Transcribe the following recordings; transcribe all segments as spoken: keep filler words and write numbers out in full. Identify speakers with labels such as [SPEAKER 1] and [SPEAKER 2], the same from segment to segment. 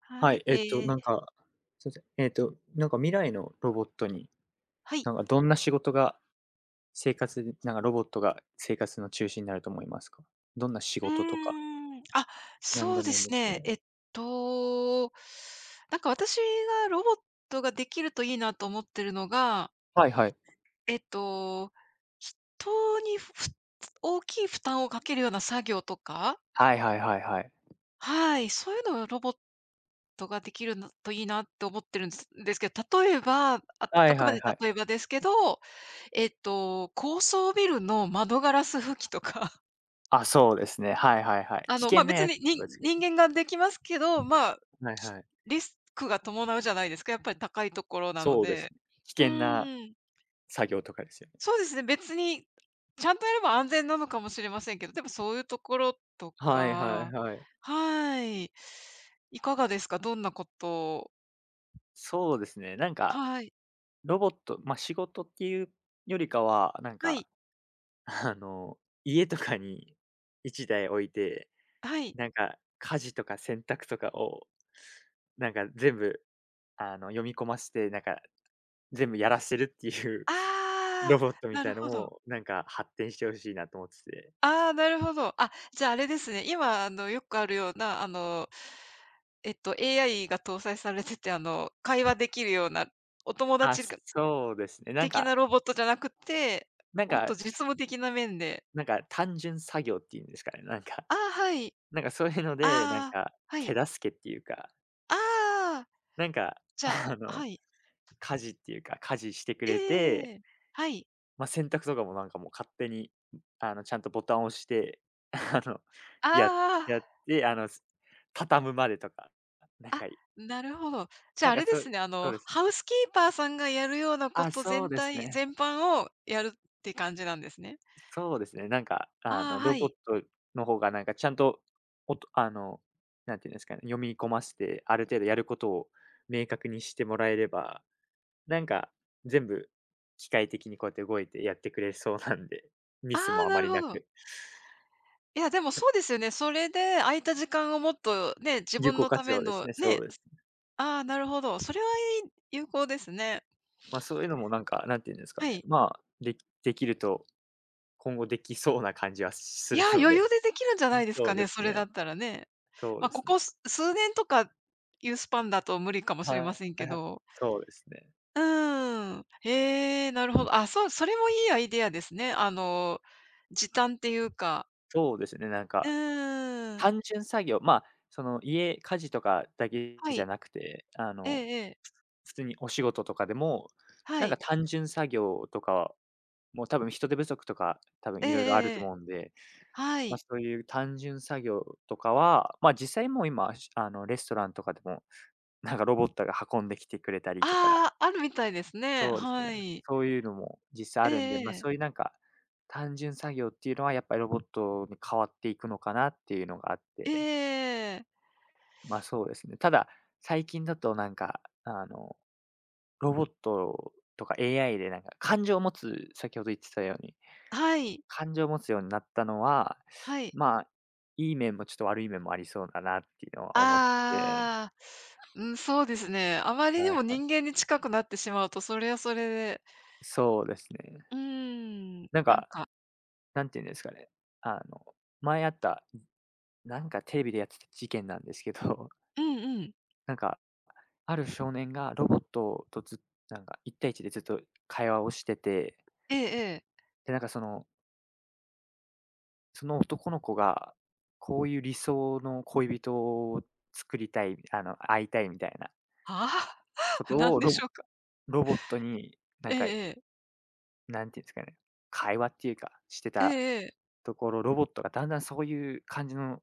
[SPEAKER 1] は
[SPEAKER 2] はい、
[SPEAKER 1] い、
[SPEAKER 2] えっ
[SPEAKER 1] え
[SPEAKER 2] と、なん
[SPEAKER 1] ー
[SPEAKER 2] か、すいません、えっと、なんか未来のロボットに、
[SPEAKER 1] はい。
[SPEAKER 2] なんかどんな仕事が生活になんかロボットが生活の中心になると思いますか？どんな仕
[SPEAKER 1] う
[SPEAKER 2] 事とか、
[SPEAKER 1] ーん、あ、
[SPEAKER 2] なん
[SPEAKER 1] そう
[SPEAKER 2] で
[SPEAKER 1] で
[SPEAKER 2] もいいん
[SPEAKER 1] す
[SPEAKER 2] ですけ
[SPEAKER 1] ね。
[SPEAKER 2] ど。
[SPEAKER 1] えっと、なんか私がロボットができるといいなと思ってるのが、
[SPEAKER 2] はいはい。
[SPEAKER 1] えっと、人にふ大きい負担をかけるような作業とか、
[SPEAKER 2] はいはいはいはい。
[SPEAKER 1] はい、そういうのをロボットができるなといいなって思ってるんですですけど、例えば、ああ
[SPEAKER 2] はい
[SPEAKER 1] くま
[SPEAKER 2] はい
[SPEAKER 1] で
[SPEAKER 2] はい。
[SPEAKER 1] 例えばですけど、えっと、高層ビルの窓ガラス拭きとか。
[SPEAKER 2] あ、そうですね。はいはいはい。
[SPEAKER 1] あ
[SPEAKER 2] 危
[SPEAKER 1] の、ま、
[SPEAKER 2] 険
[SPEAKER 1] あ
[SPEAKER 2] な
[SPEAKER 1] 別
[SPEAKER 2] やつ
[SPEAKER 1] に、
[SPEAKER 2] とか
[SPEAKER 1] に
[SPEAKER 2] ですけ
[SPEAKER 1] 人
[SPEAKER 2] ど。
[SPEAKER 1] 間ができますけど、まあ、
[SPEAKER 2] はい
[SPEAKER 1] き
[SPEAKER 2] はい。
[SPEAKER 1] リスクが伴うじゃないですか、やっぱり高いところなの
[SPEAKER 2] そうです
[SPEAKER 1] で。
[SPEAKER 2] ね。
[SPEAKER 1] う
[SPEAKER 2] 危険な
[SPEAKER 1] ーん、
[SPEAKER 2] 作業とかですよね。
[SPEAKER 1] そうですね、別に、ちゃんとやれば安全なのかもしれませんけど、でもそういうところと
[SPEAKER 2] はいはい
[SPEAKER 1] か、
[SPEAKER 2] はい。
[SPEAKER 1] はい。いかがですか？どんなことを。
[SPEAKER 2] そうですね、なんか
[SPEAKER 1] はい。
[SPEAKER 2] ロボット、ま、仕事っていうよりかは、なん
[SPEAKER 1] は
[SPEAKER 2] か
[SPEAKER 1] い、
[SPEAKER 2] あの、家とかにいちだい置いて、
[SPEAKER 1] はい。
[SPEAKER 2] なんか家事とか洗濯とかを、なんか全部、あの、読み込ませて、なんか全部やらせるっていう
[SPEAKER 1] ああ、
[SPEAKER 2] ロボットみ
[SPEAKER 1] な
[SPEAKER 2] た
[SPEAKER 1] る
[SPEAKER 2] いの
[SPEAKER 1] ほど。
[SPEAKER 2] も、なんか発展してほしいなと思ってて。
[SPEAKER 1] ああ、なるほど。あ、じゃあ、あれですね。今、あの、よくあるような、あの、えっと、エーアイ が搭載されてて、あの、会話できるような、お友
[SPEAKER 2] あ、
[SPEAKER 1] 達が
[SPEAKER 2] そうですね。なん
[SPEAKER 1] 的
[SPEAKER 2] か
[SPEAKER 1] なロボットじゃなくて、
[SPEAKER 2] なん
[SPEAKER 1] もっと
[SPEAKER 2] か
[SPEAKER 1] 実務的な面で。
[SPEAKER 2] なんか単純作業っていうんですかね、なんか、
[SPEAKER 1] ああ、はい。
[SPEAKER 2] なんかそういうので、なん
[SPEAKER 1] ああ、
[SPEAKER 2] か
[SPEAKER 1] は
[SPEAKER 2] 手
[SPEAKER 1] い。
[SPEAKER 2] 助けっていうか、
[SPEAKER 1] ああ、
[SPEAKER 2] なんか
[SPEAKER 1] じゃ
[SPEAKER 2] あ
[SPEAKER 1] あ、は
[SPEAKER 2] の、
[SPEAKER 1] い。
[SPEAKER 2] 家事っていうか、家事してく
[SPEAKER 1] え
[SPEAKER 2] れ
[SPEAKER 1] え
[SPEAKER 2] て。
[SPEAKER 1] え。はい。
[SPEAKER 2] まあ、洗濯とかもなんかもう勝手に、あの、ちゃんとボタンを押して、あの、や
[SPEAKER 1] あ
[SPEAKER 2] やって、あの、す畳むまでとか、なん
[SPEAKER 1] あ、あ、
[SPEAKER 2] かい
[SPEAKER 1] なるほど。じゃ
[SPEAKER 2] な
[SPEAKER 1] あ、あ
[SPEAKER 2] んか
[SPEAKER 1] れで
[SPEAKER 2] そう
[SPEAKER 1] すね、あ
[SPEAKER 2] そ
[SPEAKER 1] の、
[SPEAKER 2] うですね。
[SPEAKER 1] ハウスキーパーさんがやるようなこ
[SPEAKER 2] あ、
[SPEAKER 1] と
[SPEAKER 2] そう
[SPEAKER 1] 全
[SPEAKER 2] です
[SPEAKER 1] 体
[SPEAKER 2] ね。
[SPEAKER 1] 全般をやるって感じなんですね。
[SPEAKER 2] そうですね。なんか、あ
[SPEAKER 1] ああ、
[SPEAKER 2] の、ロ
[SPEAKER 1] は
[SPEAKER 2] ボッ
[SPEAKER 1] い。
[SPEAKER 2] トの方がなんかちゃんと、おとあの、なんていうんですかね、読み込ませて、ある程度やることを明確にしてもらえれば、なんか全部機械的にこうやって動いてやってくれそうなんで、ミ
[SPEAKER 1] あ
[SPEAKER 2] ス
[SPEAKER 1] あ、
[SPEAKER 2] もあ
[SPEAKER 1] な
[SPEAKER 2] ま
[SPEAKER 1] る
[SPEAKER 2] り
[SPEAKER 1] ほ
[SPEAKER 2] な
[SPEAKER 1] ど。
[SPEAKER 2] く、
[SPEAKER 1] いや、でもそうですよね。それで空いた時間をもっとね、自
[SPEAKER 2] 有
[SPEAKER 1] 分
[SPEAKER 2] 効
[SPEAKER 1] の
[SPEAKER 2] 活
[SPEAKER 1] ため
[SPEAKER 2] 用です
[SPEAKER 1] の
[SPEAKER 2] ね、そ
[SPEAKER 1] ね。
[SPEAKER 2] うです。
[SPEAKER 1] ああ、なるほど。それはいい有効ですね。
[SPEAKER 2] まあ、そういうのもなんか、何て言うんですか
[SPEAKER 1] は
[SPEAKER 2] ね、
[SPEAKER 1] い。
[SPEAKER 2] まあ、できできると、今後できそうな感じはす
[SPEAKER 1] い
[SPEAKER 2] る
[SPEAKER 1] や、
[SPEAKER 2] の
[SPEAKER 1] 余
[SPEAKER 2] で。
[SPEAKER 1] 裕でできるんじゃないです
[SPEAKER 2] そ
[SPEAKER 1] か
[SPEAKER 2] うで
[SPEAKER 1] ね、そ
[SPEAKER 2] す
[SPEAKER 1] れだ
[SPEAKER 2] ね。
[SPEAKER 1] ったらね。
[SPEAKER 2] そう
[SPEAKER 1] まあ、
[SPEAKER 2] で
[SPEAKER 1] こ
[SPEAKER 2] す
[SPEAKER 1] こ
[SPEAKER 2] ね。
[SPEAKER 1] す数年とかいうスパンだと無理かも
[SPEAKER 2] は
[SPEAKER 1] し
[SPEAKER 2] い
[SPEAKER 1] れません
[SPEAKER 2] は
[SPEAKER 1] け
[SPEAKER 2] いはい。
[SPEAKER 1] ど。
[SPEAKER 2] そうですね。
[SPEAKER 1] うーん。へえ、なるほど。あ、そう、それもいいアイデアですね。あの、時短っていうか。
[SPEAKER 2] そうですね、なん
[SPEAKER 1] う
[SPEAKER 2] か、
[SPEAKER 1] ーん。
[SPEAKER 2] 単純作業、まあ、その家、家事とかだけ
[SPEAKER 1] は
[SPEAKER 2] じゃ
[SPEAKER 1] い。
[SPEAKER 2] なくて、あ
[SPEAKER 1] ええ
[SPEAKER 2] の、
[SPEAKER 1] ええ。
[SPEAKER 2] 普通にお仕事とかでも、
[SPEAKER 1] は
[SPEAKER 2] なんか
[SPEAKER 1] い。
[SPEAKER 2] 単純作業とかもう多分人手不足とか、多分
[SPEAKER 1] ええ
[SPEAKER 2] い
[SPEAKER 1] え
[SPEAKER 2] ろいろあ
[SPEAKER 1] え
[SPEAKER 2] る
[SPEAKER 1] え
[SPEAKER 2] と
[SPEAKER 1] え。
[SPEAKER 2] 思うんで、
[SPEAKER 1] は
[SPEAKER 2] ま、
[SPEAKER 1] い。
[SPEAKER 2] そういう単純作業とかは、ま、実際もう今、あのレストランとかでもなんかロボットが運んできてくれたりとか、
[SPEAKER 1] ああ、あるみたいですね。
[SPEAKER 2] そうですね、
[SPEAKER 1] はい。
[SPEAKER 2] そういうのも実際
[SPEAKER 1] え
[SPEAKER 2] あるんで、
[SPEAKER 1] え
[SPEAKER 2] まあ、
[SPEAKER 1] ええ。
[SPEAKER 2] そういうなんか、単純作業っていうのはやっぱりロボットに変わっていくのかなっていうのがあっ
[SPEAKER 1] え
[SPEAKER 2] て、
[SPEAKER 1] え。
[SPEAKER 2] ま、そうですね。ただ、最近だとなんか、あの、ロボットとか エーアイ でなんか感情を持つ先ほど言ってたように、
[SPEAKER 1] はい。
[SPEAKER 2] 感情を持つようになったのは、
[SPEAKER 1] はい。
[SPEAKER 2] まあ、いい面もちょっと悪い面もありそうだなっていうのは思ってて、
[SPEAKER 1] ああ。うん、そうですね。あまりに
[SPEAKER 2] は
[SPEAKER 1] も
[SPEAKER 2] い。
[SPEAKER 1] 人間に近くなってしまうと、それはそれで、
[SPEAKER 2] そうですね。
[SPEAKER 1] うーん、
[SPEAKER 2] なん
[SPEAKER 1] なん
[SPEAKER 2] か
[SPEAKER 1] か
[SPEAKER 2] なんていうんですかね、あの、前あった、なんかテレビでやってた事件なんですけど、
[SPEAKER 1] うんうん。
[SPEAKER 2] なんか、ある少年がロボットとずっなんかいち対いちでずっと会話をしてて、
[SPEAKER 1] ええええ。
[SPEAKER 2] で、なんかその、その男の子が、こういう理想の恋人を作りたい、あの、会いたいみたいな
[SPEAKER 1] ああ、
[SPEAKER 2] こ と
[SPEAKER 1] なん
[SPEAKER 2] を
[SPEAKER 1] で
[SPEAKER 2] ロ
[SPEAKER 1] し
[SPEAKER 2] ボ
[SPEAKER 1] ょうか。
[SPEAKER 2] ロボットに、な
[SPEAKER 1] え
[SPEAKER 2] んか、
[SPEAKER 1] えええ。
[SPEAKER 2] なんていうんですかね、会話っていうか、して
[SPEAKER 1] え
[SPEAKER 2] た
[SPEAKER 1] えええ。
[SPEAKER 2] ところ、ロボットがだんだんそういう感じの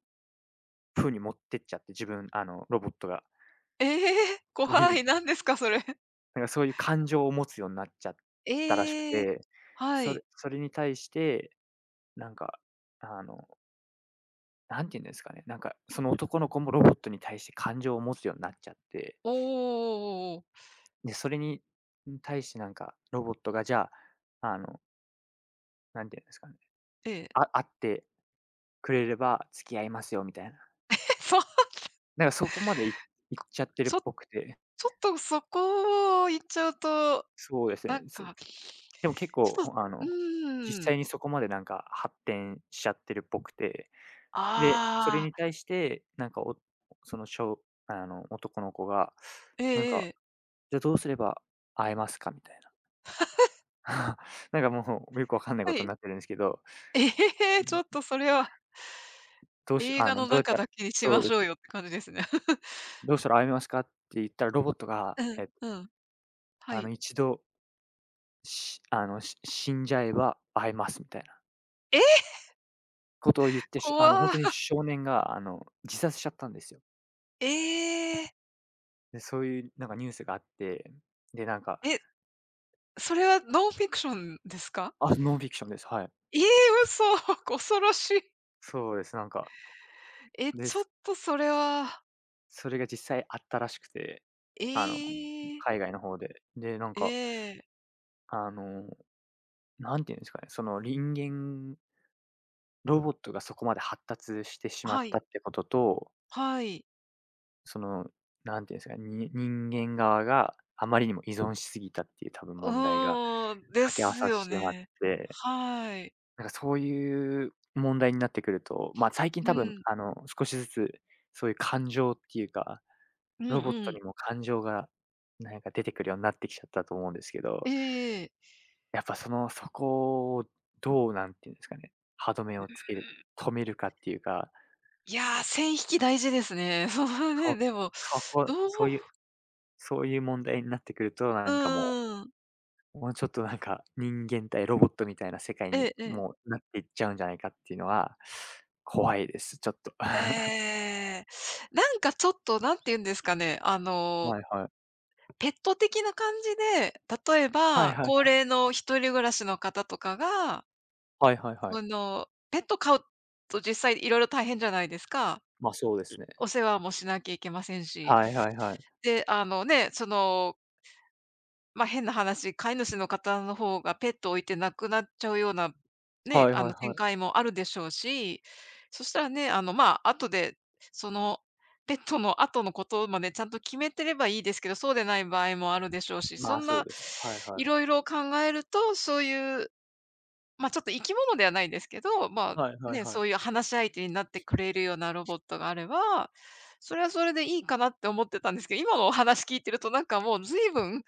[SPEAKER 2] 風に持ってっちゃって、自分、あの、ロボットが。
[SPEAKER 1] ええ、
[SPEAKER 2] そう
[SPEAKER 1] 怖
[SPEAKER 2] いう
[SPEAKER 1] い、なんですかそれ。
[SPEAKER 2] なんかそういう感情を持つようになっちゃったらしく
[SPEAKER 1] ええ。
[SPEAKER 2] て、
[SPEAKER 1] は
[SPEAKER 2] それ
[SPEAKER 1] い。
[SPEAKER 2] それに対して、なんか、あの、何て言うんですかね、なんかその男の子もロボットに対して感情を持つようになっちゃって、
[SPEAKER 1] おおおおおお。
[SPEAKER 2] で、それに対してなんかロボットがじゃあ、あの、何て言うんですかね、
[SPEAKER 1] ええ。
[SPEAKER 2] あ会ってくれれば付き合いますよみたいな。
[SPEAKER 1] そう、
[SPEAKER 2] なんかそこまでい行っ ちゃってる
[SPEAKER 1] ち
[SPEAKER 2] っ
[SPEAKER 1] ょ
[SPEAKER 2] ぽくて、
[SPEAKER 1] ちょっとそこを言っちゃうと、
[SPEAKER 2] そうですね。
[SPEAKER 1] なん
[SPEAKER 2] そ
[SPEAKER 1] か、
[SPEAKER 2] でも結
[SPEAKER 1] ち
[SPEAKER 2] 構、
[SPEAKER 1] ょっと、
[SPEAKER 2] あ
[SPEAKER 1] う
[SPEAKER 2] の、実
[SPEAKER 1] ーん。
[SPEAKER 2] 際にそこまでなんか発展しちゃってるっぽくてで、それ
[SPEAKER 1] ああ、
[SPEAKER 2] に対して、なんか、おその小、しょうあの、男の子が、
[SPEAKER 1] え
[SPEAKER 2] なん
[SPEAKER 1] ええ
[SPEAKER 2] か、
[SPEAKER 1] え。
[SPEAKER 2] じゃあどうすれば会えますかみたいな。なんかもうよくわかんないこ
[SPEAKER 1] は
[SPEAKER 2] とに
[SPEAKER 1] い。
[SPEAKER 2] なってるんですけど、
[SPEAKER 1] ええ、ちょっとそれは
[SPEAKER 2] どうし
[SPEAKER 1] 映
[SPEAKER 2] あ
[SPEAKER 1] 画
[SPEAKER 2] の、
[SPEAKER 1] の
[SPEAKER 2] どうやっ
[SPEAKER 1] 中
[SPEAKER 2] たら
[SPEAKER 1] だけにし
[SPEAKER 2] そ
[SPEAKER 1] ま
[SPEAKER 2] うで
[SPEAKER 1] しょう
[SPEAKER 2] す。
[SPEAKER 1] よって感じですね。
[SPEAKER 2] どうしたら会えますかって言ったら、ロボットが、
[SPEAKER 1] うん、
[SPEAKER 2] えっと、
[SPEAKER 1] うん、は
[SPEAKER 2] あの、
[SPEAKER 1] い。
[SPEAKER 2] 一度、しあの、し死んじゃえば会えますみたいな
[SPEAKER 1] ええ、
[SPEAKER 2] ことを言って、しあの、本当に
[SPEAKER 1] 怖。
[SPEAKER 2] 少年が、あの、自殺しちゃったんですよ。
[SPEAKER 1] ええ。
[SPEAKER 2] で、そういうなんかニュースがあって、で、なんか
[SPEAKER 1] え、それはノンフィクションですか？
[SPEAKER 2] あ、ノンフィクションです。はい。
[SPEAKER 1] ええ、嘘、恐ろしい。
[SPEAKER 2] そうです。なんか
[SPEAKER 1] え、
[SPEAKER 2] で、
[SPEAKER 1] ちょっ
[SPEAKER 2] そ
[SPEAKER 1] とそれは、
[SPEAKER 2] それが実際あったらしくて、あの、
[SPEAKER 1] ええ、
[SPEAKER 2] 海外の方で。で、なん
[SPEAKER 1] え
[SPEAKER 2] か、
[SPEAKER 1] え、
[SPEAKER 2] あの、何て言うんですかね、その人間ロボットがそこまで発達してしまっ
[SPEAKER 1] はい、
[SPEAKER 2] たってことと、
[SPEAKER 1] はい。
[SPEAKER 2] その、何て言うんですかね、に人間側があまりにも依存しすぎたっていう多分
[SPEAKER 1] う
[SPEAKER 2] 問題が
[SPEAKER 1] ーん、で
[SPEAKER 2] 掛け合わ
[SPEAKER 1] す
[SPEAKER 2] さ
[SPEAKER 1] よ
[SPEAKER 2] してまっ
[SPEAKER 1] ね。
[SPEAKER 2] て、
[SPEAKER 1] はい。
[SPEAKER 2] なんかそういう問題になってくると、ま、最近
[SPEAKER 1] う
[SPEAKER 2] 多分
[SPEAKER 1] ん。
[SPEAKER 2] あの、少しずつそういう感情っていうか
[SPEAKER 1] うん
[SPEAKER 2] ロボット
[SPEAKER 1] う
[SPEAKER 2] に
[SPEAKER 1] ん。
[SPEAKER 2] も感情が、なんか出てくるようになってきちゃったと思うんですけ
[SPEAKER 1] え
[SPEAKER 2] ど、
[SPEAKER 1] えええ。
[SPEAKER 2] やっぱその、そこをどう、なんていうんですかね、歯止めをつける、止めるかっていうか、
[SPEAKER 1] いや、線引き大事ですね。そうね、
[SPEAKER 2] そ
[SPEAKER 1] でも、
[SPEAKER 2] そ
[SPEAKER 1] ど
[SPEAKER 2] こ、
[SPEAKER 1] う、
[SPEAKER 2] そういうそういう問題になってくると、な
[SPEAKER 1] う
[SPEAKER 2] んかも
[SPEAKER 1] んうん、
[SPEAKER 2] う、もうちょっとなんか、人間対ロボットみたいな世界
[SPEAKER 1] え
[SPEAKER 2] に、
[SPEAKER 1] えええ。
[SPEAKER 2] もうなっていっちゃうんじゃないかっていうのは、怖いです、ちょっと。
[SPEAKER 1] ええ。なんかちょっと、何て言うんですかね、あの、
[SPEAKER 2] はいはい。
[SPEAKER 1] ペット的な感じで、例え
[SPEAKER 2] はい
[SPEAKER 1] ば、
[SPEAKER 2] はい
[SPEAKER 1] 高
[SPEAKER 2] はい。
[SPEAKER 1] 齢の一人暮らしの方とかが、
[SPEAKER 2] はいはいはい。
[SPEAKER 1] その、ペット飼うと実際色々大変じゃないですか。
[SPEAKER 2] ま、そうですね。
[SPEAKER 1] お世話もしなきゃいけませんし。
[SPEAKER 2] はいはいはい。
[SPEAKER 1] で、あのね、その、まあ、変な話、飼い主の方の方がペットを置いて亡くなっちゃうような、ね、
[SPEAKER 2] はい
[SPEAKER 1] あ
[SPEAKER 2] はい
[SPEAKER 1] の、展
[SPEAKER 2] はい。
[SPEAKER 1] 開もあるでしょうし、そしたらね、あの、まあ、後で、その、ペットの後のことまでちゃんと決めてればいいですけど、そうでない場合もあるでしょうし、そ
[SPEAKER 2] まあ、
[SPEAKER 1] ん
[SPEAKER 2] そ
[SPEAKER 1] な
[SPEAKER 2] うです。はいは
[SPEAKER 1] い
[SPEAKER 2] い。
[SPEAKER 1] ろいろ考えると、そういう、まあ、ちょっと生き物ではないですけど、ま
[SPEAKER 2] はい
[SPEAKER 1] あ、
[SPEAKER 2] はい
[SPEAKER 1] ね、
[SPEAKER 2] はい。
[SPEAKER 1] そういう話し相手になってくれるようなロボットがあれば、それはそれでいいかなって思ってたんですけど、今のお話聞いてるとなんかもう随分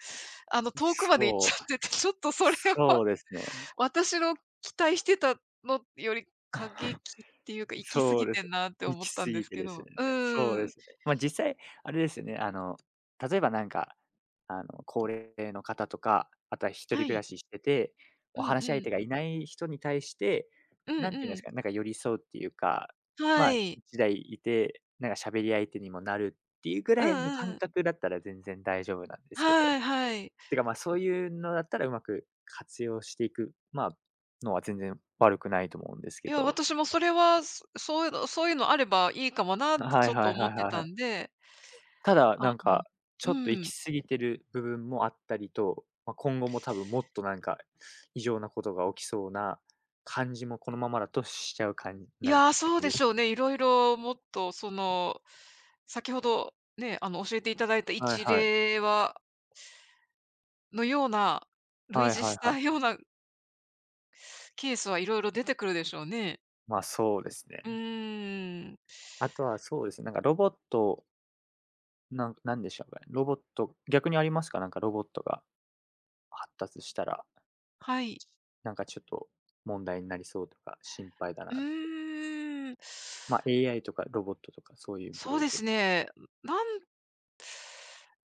[SPEAKER 1] あの、遠くまで行っち
[SPEAKER 2] そ
[SPEAKER 1] ゃ
[SPEAKER 2] う、
[SPEAKER 1] ってて、ちょっとそれは
[SPEAKER 2] そうですね。
[SPEAKER 1] 私の期待してたのより過激っていうか、行き過
[SPEAKER 2] そ
[SPEAKER 1] ぎ
[SPEAKER 2] うで
[SPEAKER 1] て
[SPEAKER 2] す。
[SPEAKER 1] んなって
[SPEAKER 2] 行
[SPEAKER 1] 思っ
[SPEAKER 2] き
[SPEAKER 1] た
[SPEAKER 2] 過
[SPEAKER 1] んで
[SPEAKER 2] ぎ
[SPEAKER 1] す
[SPEAKER 2] て
[SPEAKER 1] け
[SPEAKER 2] です
[SPEAKER 1] ど。
[SPEAKER 2] ね。
[SPEAKER 1] う
[SPEAKER 2] そう
[SPEAKER 1] ー
[SPEAKER 2] で
[SPEAKER 1] ん。
[SPEAKER 2] すね。ま、実際あれですよね、あの、例えばなんか、あの、高齢の方とか、あとは一
[SPEAKER 1] は
[SPEAKER 2] 人暮ら
[SPEAKER 1] い。
[SPEAKER 2] ししてて、
[SPEAKER 1] う
[SPEAKER 2] お
[SPEAKER 1] ん
[SPEAKER 2] 話し
[SPEAKER 1] う
[SPEAKER 2] 相
[SPEAKER 1] ん。
[SPEAKER 2] 手がいない人に対して、
[SPEAKER 1] うん
[SPEAKER 2] 何て言うん
[SPEAKER 1] う
[SPEAKER 2] です
[SPEAKER 1] ん。
[SPEAKER 2] か、なんか寄り添うっていうか、まあ、
[SPEAKER 1] はい。
[SPEAKER 2] 一台いて、なんか喋り相手にもなるっていうぐ
[SPEAKER 1] う
[SPEAKER 2] らいの
[SPEAKER 1] んう
[SPEAKER 2] 感
[SPEAKER 1] ん。
[SPEAKER 2] 覚だったら全然大丈夫なんですけど。
[SPEAKER 1] はいはい。
[SPEAKER 2] てか、ま、そういうのだったらうまく活用していく、まあ、のは全然悪くないと思うんですけ
[SPEAKER 1] いや、
[SPEAKER 2] ど。
[SPEAKER 1] 私もそれは、そそういうのそういうのあればいいかもなってち
[SPEAKER 2] は
[SPEAKER 1] ょ
[SPEAKER 2] い
[SPEAKER 1] っと
[SPEAKER 2] はい
[SPEAKER 1] 思っ
[SPEAKER 2] はい
[SPEAKER 1] て
[SPEAKER 2] はいは
[SPEAKER 1] た
[SPEAKER 2] い。
[SPEAKER 1] んで、
[SPEAKER 2] ただ、
[SPEAKER 1] あ、
[SPEAKER 2] なんか、
[SPEAKER 1] う
[SPEAKER 2] ちょっと行
[SPEAKER 1] ん。
[SPEAKER 2] き過ぎてる部分もあったりと、まあ、今後も多分もっとなんか、異常なことが起きそうな感じもこのままだとしちゃう感じ
[SPEAKER 1] い
[SPEAKER 2] なん感
[SPEAKER 1] やー、そう
[SPEAKER 2] じ
[SPEAKER 1] で
[SPEAKER 2] で
[SPEAKER 1] し
[SPEAKER 2] す。
[SPEAKER 1] ょうね。いろいろもっとその、先ほどね、あの、教えていただいた
[SPEAKER 2] はい
[SPEAKER 1] 一
[SPEAKER 2] はい。
[SPEAKER 1] 例はのような、類
[SPEAKER 2] は
[SPEAKER 1] 似
[SPEAKER 2] いはいは
[SPEAKER 1] し
[SPEAKER 2] い。
[SPEAKER 1] たようなケースはいろいろ出てくるでしょうね。
[SPEAKER 2] ま、そうです
[SPEAKER 1] う
[SPEAKER 2] ね。
[SPEAKER 1] ーん。
[SPEAKER 2] あとはそうですね、なんかロボット、なんなんでしょうかね、ロボット逆にありますか？なんかロボットが発達したら。
[SPEAKER 1] はい。
[SPEAKER 2] なんかちょっと問題になりそうとか心配だ
[SPEAKER 1] う
[SPEAKER 2] な。
[SPEAKER 1] ーん。
[SPEAKER 2] まあ、エーアイ とかロボットとかそういう部
[SPEAKER 1] そう
[SPEAKER 2] 類
[SPEAKER 1] で
[SPEAKER 2] で。
[SPEAKER 1] すね。なん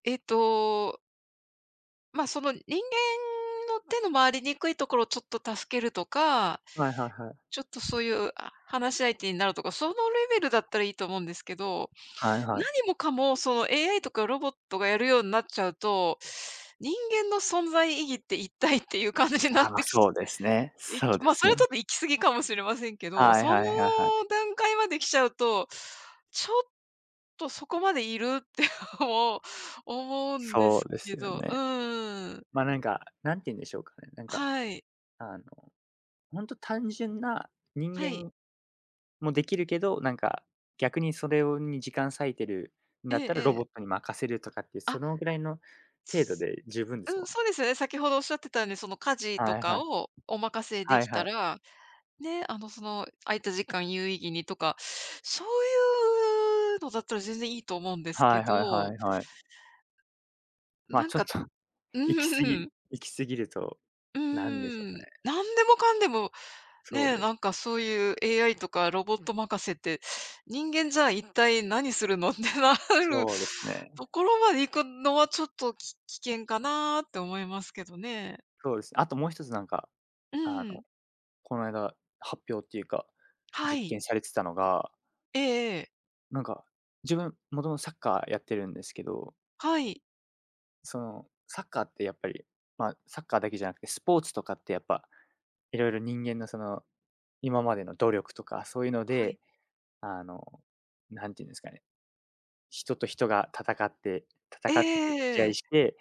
[SPEAKER 1] えっと、まあ、その人間の手の回りにくいところをちょっと助けるとか、
[SPEAKER 2] はいはいはい。
[SPEAKER 1] ちょっとそういう、あ、話し相手になるとか、そのレベルだったらいいと思うんですけど、
[SPEAKER 2] はいはい。
[SPEAKER 1] 何もかもその エーアイ とかロボットがやるようになっちゃうと、人間の存在意義って一体っていう感じにな
[SPEAKER 2] ああ、
[SPEAKER 1] っ
[SPEAKER 2] ま、
[SPEAKER 1] てき
[SPEAKER 2] そうですね。
[SPEAKER 1] い
[SPEAKER 2] そ
[SPEAKER 1] き
[SPEAKER 2] うで
[SPEAKER 1] まあ、そ
[SPEAKER 2] すう
[SPEAKER 1] れ
[SPEAKER 2] ね。
[SPEAKER 1] はちょ
[SPEAKER 2] ん。
[SPEAKER 1] っと行き過ぎかもしれませんけど、
[SPEAKER 2] は
[SPEAKER 1] そ
[SPEAKER 2] い
[SPEAKER 1] の
[SPEAKER 2] はいはいはいはいああまそうですねそうですねはいはいはいはい
[SPEAKER 1] 段階まで来ちゃうと、ちょっとそこまでいるって う思うんで
[SPEAKER 2] そ
[SPEAKER 1] す
[SPEAKER 2] うで
[SPEAKER 1] け
[SPEAKER 2] すよ
[SPEAKER 1] ど、う
[SPEAKER 2] ね。
[SPEAKER 1] ーん。
[SPEAKER 2] ま、あなんか、何て言うんでしょうかね。なんか、
[SPEAKER 1] はい。
[SPEAKER 2] あの、本当単純な人
[SPEAKER 1] はい。
[SPEAKER 2] 間もできるけど、なんか、逆にそれをに時間割いてるん
[SPEAKER 1] え
[SPEAKER 2] だ
[SPEAKER 1] え
[SPEAKER 2] ったら
[SPEAKER 1] え
[SPEAKER 2] ロボ
[SPEAKER 1] え。
[SPEAKER 2] ットに任せるとかっていうそ
[SPEAKER 1] あ、
[SPEAKER 2] のぐらいの程度で十分で
[SPEAKER 1] そ
[SPEAKER 2] す
[SPEAKER 1] うん、
[SPEAKER 2] もんね。
[SPEAKER 1] そうですよね。先ほどおっしゃってたように、その家事と
[SPEAKER 2] はい
[SPEAKER 1] か
[SPEAKER 2] はい。
[SPEAKER 1] をお任せで
[SPEAKER 2] は
[SPEAKER 1] き
[SPEAKER 2] い
[SPEAKER 1] た
[SPEAKER 2] はい。
[SPEAKER 1] ら、ね、あの、その空いた時間有意義にとか、そういうのだったら全然いいと思うんです
[SPEAKER 2] は
[SPEAKER 1] け
[SPEAKER 2] い
[SPEAKER 1] ど、
[SPEAKER 2] はいはいはい。ま、
[SPEAKER 1] なん
[SPEAKER 2] ちょっ
[SPEAKER 1] か
[SPEAKER 2] と
[SPEAKER 1] う
[SPEAKER 2] 行き過ぎ
[SPEAKER 1] ん。
[SPEAKER 2] 行き過ぎると、
[SPEAKER 1] う
[SPEAKER 2] なんでしょうか
[SPEAKER 1] ーん、
[SPEAKER 2] ね。
[SPEAKER 1] なんでもかんでも、
[SPEAKER 2] そう
[SPEAKER 1] ね、
[SPEAKER 2] で
[SPEAKER 1] な
[SPEAKER 2] す。
[SPEAKER 1] んかそういう エーアイ とかロボット任せって、人間じゃ一体何するのってなる
[SPEAKER 2] そうですね。
[SPEAKER 1] ところまで行くのはちょっと、き危険かなって思いますけどね。
[SPEAKER 2] そうです。あともう一つなんか、
[SPEAKER 1] う
[SPEAKER 2] あ
[SPEAKER 1] ん。
[SPEAKER 2] の、この間発表っていうか、
[SPEAKER 1] は
[SPEAKER 2] 実
[SPEAKER 1] い。
[SPEAKER 2] 験されてたのが、
[SPEAKER 1] ええええ。
[SPEAKER 2] なんか、自分、もともとサッカーやってるんですけど、
[SPEAKER 1] はい。
[SPEAKER 2] その、サッカーってやっぱり、まあ、サッカーだけじゃなくて、スポーツとかってやっぱ、いろいろ人間のその、今までの努力とかそういうの
[SPEAKER 1] はい。
[SPEAKER 2] で、あの、なんていうんですかね、人と人が戦って
[SPEAKER 1] ええ
[SPEAKER 2] 戦ってという
[SPEAKER 1] ええ
[SPEAKER 2] か、試
[SPEAKER 1] え
[SPEAKER 2] 合し
[SPEAKER 1] え。
[SPEAKER 2] て、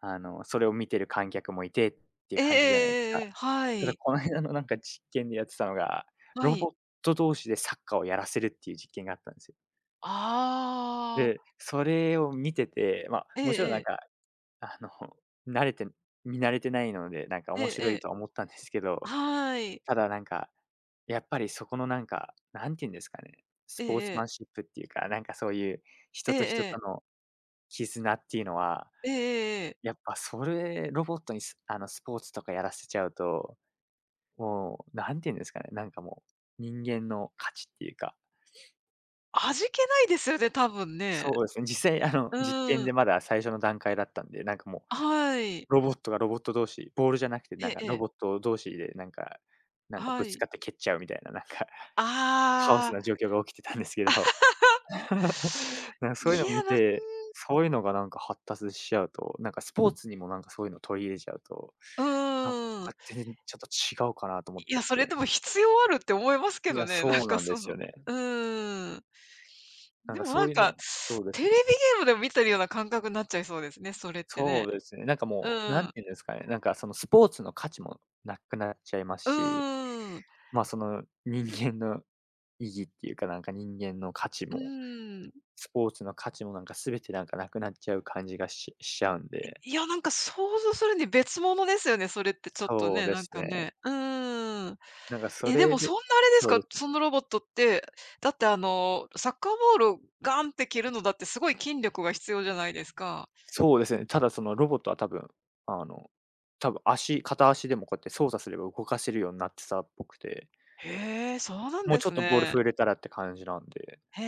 [SPEAKER 2] あの、それを見てる観客もいてっていう
[SPEAKER 1] えええ
[SPEAKER 2] 感じじゃないですか。
[SPEAKER 1] えええ。は
[SPEAKER 2] ただ
[SPEAKER 1] い。
[SPEAKER 2] この間のなんか実験でやってたのが、
[SPEAKER 1] は
[SPEAKER 2] ロ
[SPEAKER 1] い。
[SPEAKER 2] ボット同士でサッカーをやらせるっていう実験があったんですよ。
[SPEAKER 1] あ
[SPEAKER 2] で、
[SPEAKER 1] あ。
[SPEAKER 2] それを見てて、まあ、
[SPEAKER 1] え
[SPEAKER 2] もちろん
[SPEAKER 1] ええ
[SPEAKER 2] なん
[SPEAKER 1] え。
[SPEAKER 2] か、あの、慣れて見慣れてないので、なんか
[SPEAKER 1] ええ
[SPEAKER 2] 面
[SPEAKER 1] え
[SPEAKER 2] 白い
[SPEAKER 1] え。
[SPEAKER 2] とは思ったんですけど、
[SPEAKER 1] はい。
[SPEAKER 2] ただなんか、やっぱりそこのなんか、なんて言うんですかね、ス
[SPEAKER 1] ええ
[SPEAKER 2] ポー
[SPEAKER 1] え
[SPEAKER 2] ツマ
[SPEAKER 1] え。
[SPEAKER 2] ンシップっていうか、なんかそういう
[SPEAKER 1] え
[SPEAKER 2] 人
[SPEAKER 1] え
[SPEAKER 2] と人
[SPEAKER 1] え
[SPEAKER 2] と
[SPEAKER 1] え。
[SPEAKER 2] の絆っていうのは、
[SPEAKER 1] ええええええ。
[SPEAKER 2] やっぱそれロボットにスあの、スポーツとかやらせちゃうと、もうなんて言うんですかね、なんかもう、人間の価値っていうか、
[SPEAKER 1] 味気ないですよね、多分ね。
[SPEAKER 2] そうですね、実際あの、
[SPEAKER 1] う
[SPEAKER 2] 実験
[SPEAKER 1] ーん。
[SPEAKER 2] でまだ最初の段階だったんで、なんかもう、
[SPEAKER 1] はい。
[SPEAKER 2] ロボットがロボット同士、ボールじゃなくて
[SPEAKER 1] え
[SPEAKER 2] なん
[SPEAKER 1] え
[SPEAKER 2] か
[SPEAKER 1] え
[SPEAKER 2] ロ
[SPEAKER 1] え。
[SPEAKER 2] ボット同士でなんかなんか
[SPEAKER 1] は
[SPEAKER 2] ぶつ
[SPEAKER 1] い。
[SPEAKER 2] かって蹴っちゃうみたいな、なんか カオス
[SPEAKER 1] あ
[SPEAKER 2] な状
[SPEAKER 1] あ。
[SPEAKER 2] 況が起きてたんですけど。なんかそういう
[SPEAKER 1] い
[SPEAKER 2] の
[SPEAKER 1] や、
[SPEAKER 2] 見
[SPEAKER 1] なん
[SPEAKER 2] て、そういうのがなんか発達しちゃうと、なんかスポーツにもなんかそういうの取り入れちゃうと、
[SPEAKER 1] う
[SPEAKER 2] なんか
[SPEAKER 1] ーん。
[SPEAKER 2] 全然ちょっと違うかなと思っ
[SPEAKER 1] い
[SPEAKER 2] ちゃ
[SPEAKER 1] や、
[SPEAKER 2] っ
[SPEAKER 1] それで
[SPEAKER 2] て。
[SPEAKER 1] も必要あるって思いますけ
[SPEAKER 2] い
[SPEAKER 1] ど
[SPEAKER 2] や、
[SPEAKER 1] ね、なん
[SPEAKER 2] そう
[SPEAKER 1] か
[SPEAKER 2] なんで
[SPEAKER 1] そ
[SPEAKER 2] す
[SPEAKER 1] の、
[SPEAKER 2] よね。
[SPEAKER 1] うーん。
[SPEAKER 2] なん
[SPEAKER 1] で
[SPEAKER 2] か
[SPEAKER 1] も
[SPEAKER 2] そ
[SPEAKER 1] な
[SPEAKER 2] う
[SPEAKER 1] ん
[SPEAKER 2] いう
[SPEAKER 1] か、
[SPEAKER 2] のそうで
[SPEAKER 1] テ
[SPEAKER 2] す
[SPEAKER 1] レビゲ
[SPEAKER 2] ね。
[SPEAKER 1] ームでも見てるような感覚になっちゃいそうですね、それってね。
[SPEAKER 2] そうですね。なんか
[SPEAKER 1] う
[SPEAKER 2] もう、なん
[SPEAKER 1] ん。
[SPEAKER 2] ていうんですかね、なんかそのスポーツの価値もなくなっちゃいます
[SPEAKER 1] う
[SPEAKER 2] し、
[SPEAKER 1] ーん。
[SPEAKER 2] ま、その人間の意義っていうか、なんか人間の価値
[SPEAKER 1] う
[SPEAKER 2] も、
[SPEAKER 1] ーん。
[SPEAKER 2] スポーツの価値もなんか全てなんかなくなっちゃう感じがししちゃうんで。
[SPEAKER 1] いや、なんか想像するに別物ですよね、それってちょっと
[SPEAKER 2] そう
[SPEAKER 1] ね、
[SPEAKER 2] で
[SPEAKER 1] なん
[SPEAKER 2] す
[SPEAKER 1] か
[SPEAKER 2] ね。
[SPEAKER 1] ね。うーん。
[SPEAKER 2] なんかそ
[SPEAKER 1] え、で
[SPEAKER 2] れ
[SPEAKER 1] もそん
[SPEAKER 2] で
[SPEAKER 1] なあれです
[SPEAKER 2] そうで
[SPEAKER 1] か、
[SPEAKER 2] す。
[SPEAKER 1] そのロボットって、だってあの、サッカーボールをガンって蹴るのだってすごい筋力が必要じゃないですか。
[SPEAKER 2] そうですね。ただそのロボットは多分、あの、多分足片足でもこうやって操作すれば動かせるようになってたっぽくて、
[SPEAKER 1] へえ、そうなん
[SPEAKER 2] も
[SPEAKER 1] で
[SPEAKER 2] うちょ
[SPEAKER 1] す
[SPEAKER 2] っとボール
[SPEAKER 1] ね。
[SPEAKER 2] 触れたらって感じなんで、
[SPEAKER 1] へ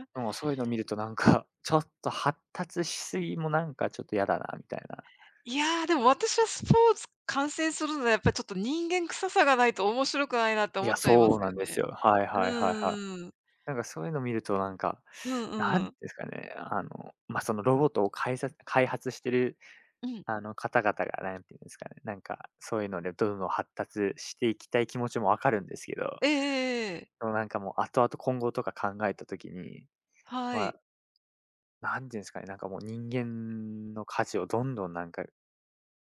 [SPEAKER 1] え。
[SPEAKER 2] うん、そういうの見るとなんか、ちょっと発達しすぎもなんかちょっと嫌だなみたいな。
[SPEAKER 1] いやー、でも私はスポーツ観戦するのはやっぱりちょっと人間臭さがないと面白くないなって
[SPEAKER 2] い
[SPEAKER 1] 思っ
[SPEAKER 2] や、
[SPEAKER 1] ちゃいま
[SPEAKER 2] そ
[SPEAKER 1] す
[SPEAKER 2] うなんで
[SPEAKER 1] よ
[SPEAKER 2] す
[SPEAKER 1] ね。
[SPEAKER 2] よ。はいはいはいはい。
[SPEAKER 1] うーん。
[SPEAKER 2] なんかそういうの見るとなんか、
[SPEAKER 1] うん
[SPEAKER 2] な
[SPEAKER 1] う
[SPEAKER 2] ん
[SPEAKER 1] ん。
[SPEAKER 2] ですかね、あの、まあ、そのロボットを開発開発してる、
[SPEAKER 1] うん。
[SPEAKER 2] あの、方々がなんていうんですかね、なんかそういうのでどんどん発達していきたい気持ちもわかるんですけど、
[SPEAKER 1] えええ。
[SPEAKER 2] でもなんかもう後々今後とか考えたときに、
[SPEAKER 1] は
[SPEAKER 2] まあ、
[SPEAKER 1] い。
[SPEAKER 2] なんていうんですかね、なんかもう人間の価値をどんどんなんか、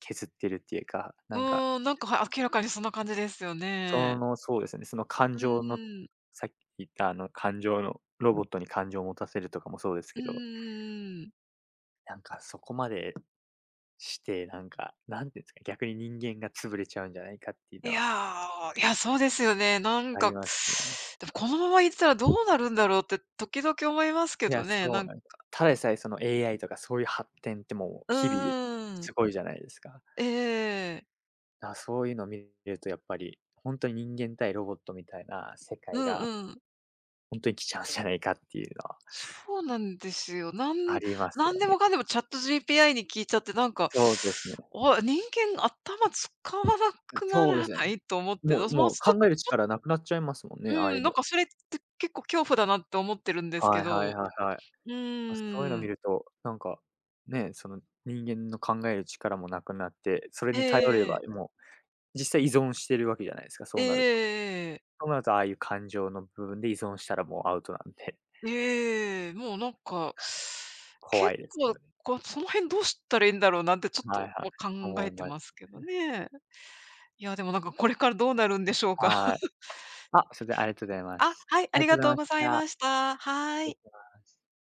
[SPEAKER 2] 削ってるっていうか、
[SPEAKER 1] う
[SPEAKER 2] なんか、
[SPEAKER 1] ーん、なんか、はい、明らかにそんな感じですよ
[SPEAKER 2] そ
[SPEAKER 1] ね。
[SPEAKER 2] の、そうですね、その感
[SPEAKER 1] う
[SPEAKER 2] 情の、
[SPEAKER 1] んうん。
[SPEAKER 2] さっき言ったあの感情のロボットに感情を持たせるとかもそうです
[SPEAKER 1] う
[SPEAKER 2] け
[SPEAKER 1] ん
[SPEAKER 2] ど、
[SPEAKER 1] うん、
[SPEAKER 2] なんかそこまでして、なんか、なんていうんですか、逆に人間が潰れちゃうんじゃないかっていう
[SPEAKER 1] い
[SPEAKER 2] のは
[SPEAKER 1] や、いや、そうですよね。なん
[SPEAKER 2] あり
[SPEAKER 1] か、
[SPEAKER 2] ますね。
[SPEAKER 1] でもこのまま行ったらどうなるんだろうって時々思いますけ
[SPEAKER 2] い
[SPEAKER 1] ど
[SPEAKER 2] や、
[SPEAKER 1] ね、
[SPEAKER 2] そ
[SPEAKER 1] な
[SPEAKER 2] う
[SPEAKER 1] ん
[SPEAKER 2] なんです、ただでさえその エーアイ とかそういう発展ってもう
[SPEAKER 1] う
[SPEAKER 2] 日々
[SPEAKER 1] ーん。
[SPEAKER 2] すごいじゃないですか。
[SPEAKER 1] ええ。
[SPEAKER 2] だ、そういうのを見るとやっぱり、本当に人間対ロボットみたいな世
[SPEAKER 1] う
[SPEAKER 2] 界が
[SPEAKER 1] んうん。
[SPEAKER 2] 本当に来ちゃうんじゃないかっていうのは
[SPEAKER 1] そうなんですよ。なん
[SPEAKER 2] あります
[SPEAKER 1] なん
[SPEAKER 2] よ
[SPEAKER 1] でも
[SPEAKER 2] ね。
[SPEAKER 1] かんでもチャット g p i に聞いちゃって、なんか、あ、
[SPEAKER 2] そうですね。
[SPEAKER 1] 人間頭使わなくな
[SPEAKER 2] そうで
[SPEAKER 1] ら
[SPEAKER 2] すね。
[SPEAKER 1] ないと思って、
[SPEAKER 2] も
[SPEAKER 1] ま
[SPEAKER 2] う
[SPEAKER 1] そ
[SPEAKER 2] もう考える力なくなっちゃいますもん
[SPEAKER 1] う
[SPEAKER 2] ね、ああいう
[SPEAKER 1] ん、なん
[SPEAKER 2] の。
[SPEAKER 1] かそれって結構恐怖だなって思ってるんですけ
[SPEAKER 2] はい
[SPEAKER 1] ど。
[SPEAKER 2] は
[SPEAKER 1] う
[SPEAKER 2] いはいはい。まそういうの
[SPEAKER 1] ー
[SPEAKER 2] 見
[SPEAKER 1] ん。
[SPEAKER 2] ると、なんか、ね、その人間の考える力もなくなって、それ
[SPEAKER 1] え
[SPEAKER 2] に頼れば、
[SPEAKER 1] え。
[SPEAKER 2] もう実際依存してるわけじゃないですか、
[SPEAKER 1] え
[SPEAKER 2] そ
[SPEAKER 1] ええ
[SPEAKER 2] うなると。
[SPEAKER 1] えええ。
[SPEAKER 2] そうなるとああいう感情の部分で依存したらもうアウトなんで、
[SPEAKER 1] ええ、もうなんか、
[SPEAKER 2] 怖
[SPEAKER 1] 結
[SPEAKER 2] いです
[SPEAKER 1] 構、
[SPEAKER 2] よね。
[SPEAKER 1] こう、その辺どうしたらいいんだろうなんてちょっ
[SPEAKER 2] はいは
[SPEAKER 1] と、
[SPEAKER 2] い。
[SPEAKER 1] 考
[SPEAKER 2] 思
[SPEAKER 1] え
[SPEAKER 2] い
[SPEAKER 1] て
[SPEAKER 2] ま
[SPEAKER 1] ますけ
[SPEAKER 2] す
[SPEAKER 1] ど
[SPEAKER 2] ね。
[SPEAKER 1] ね。いや、でもなんかこれからどうなるんでしょうか。
[SPEAKER 2] は い。あ、それでありがとうございま
[SPEAKER 1] あ、
[SPEAKER 2] す。
[SPEAKER 1] はい、あ
[SPEAKER 2] あり
[SPEAKER 1] り
[SPEAKER 2] が
[SPEAKER 1] が
[SPEAKER 2] とう
[SPEAKER 1] とう
[SPEAKER 2] ござい
[SPEAKER 1] ござい
[SPEAKER 2] まし
[SPEAKER 1] まし
[SPEAKER 2] た。
[SPEAKER 1] た。は
[SPEAKER 2] 失礼
[SPEAKER 1] い。
[SPEAKER 2] します。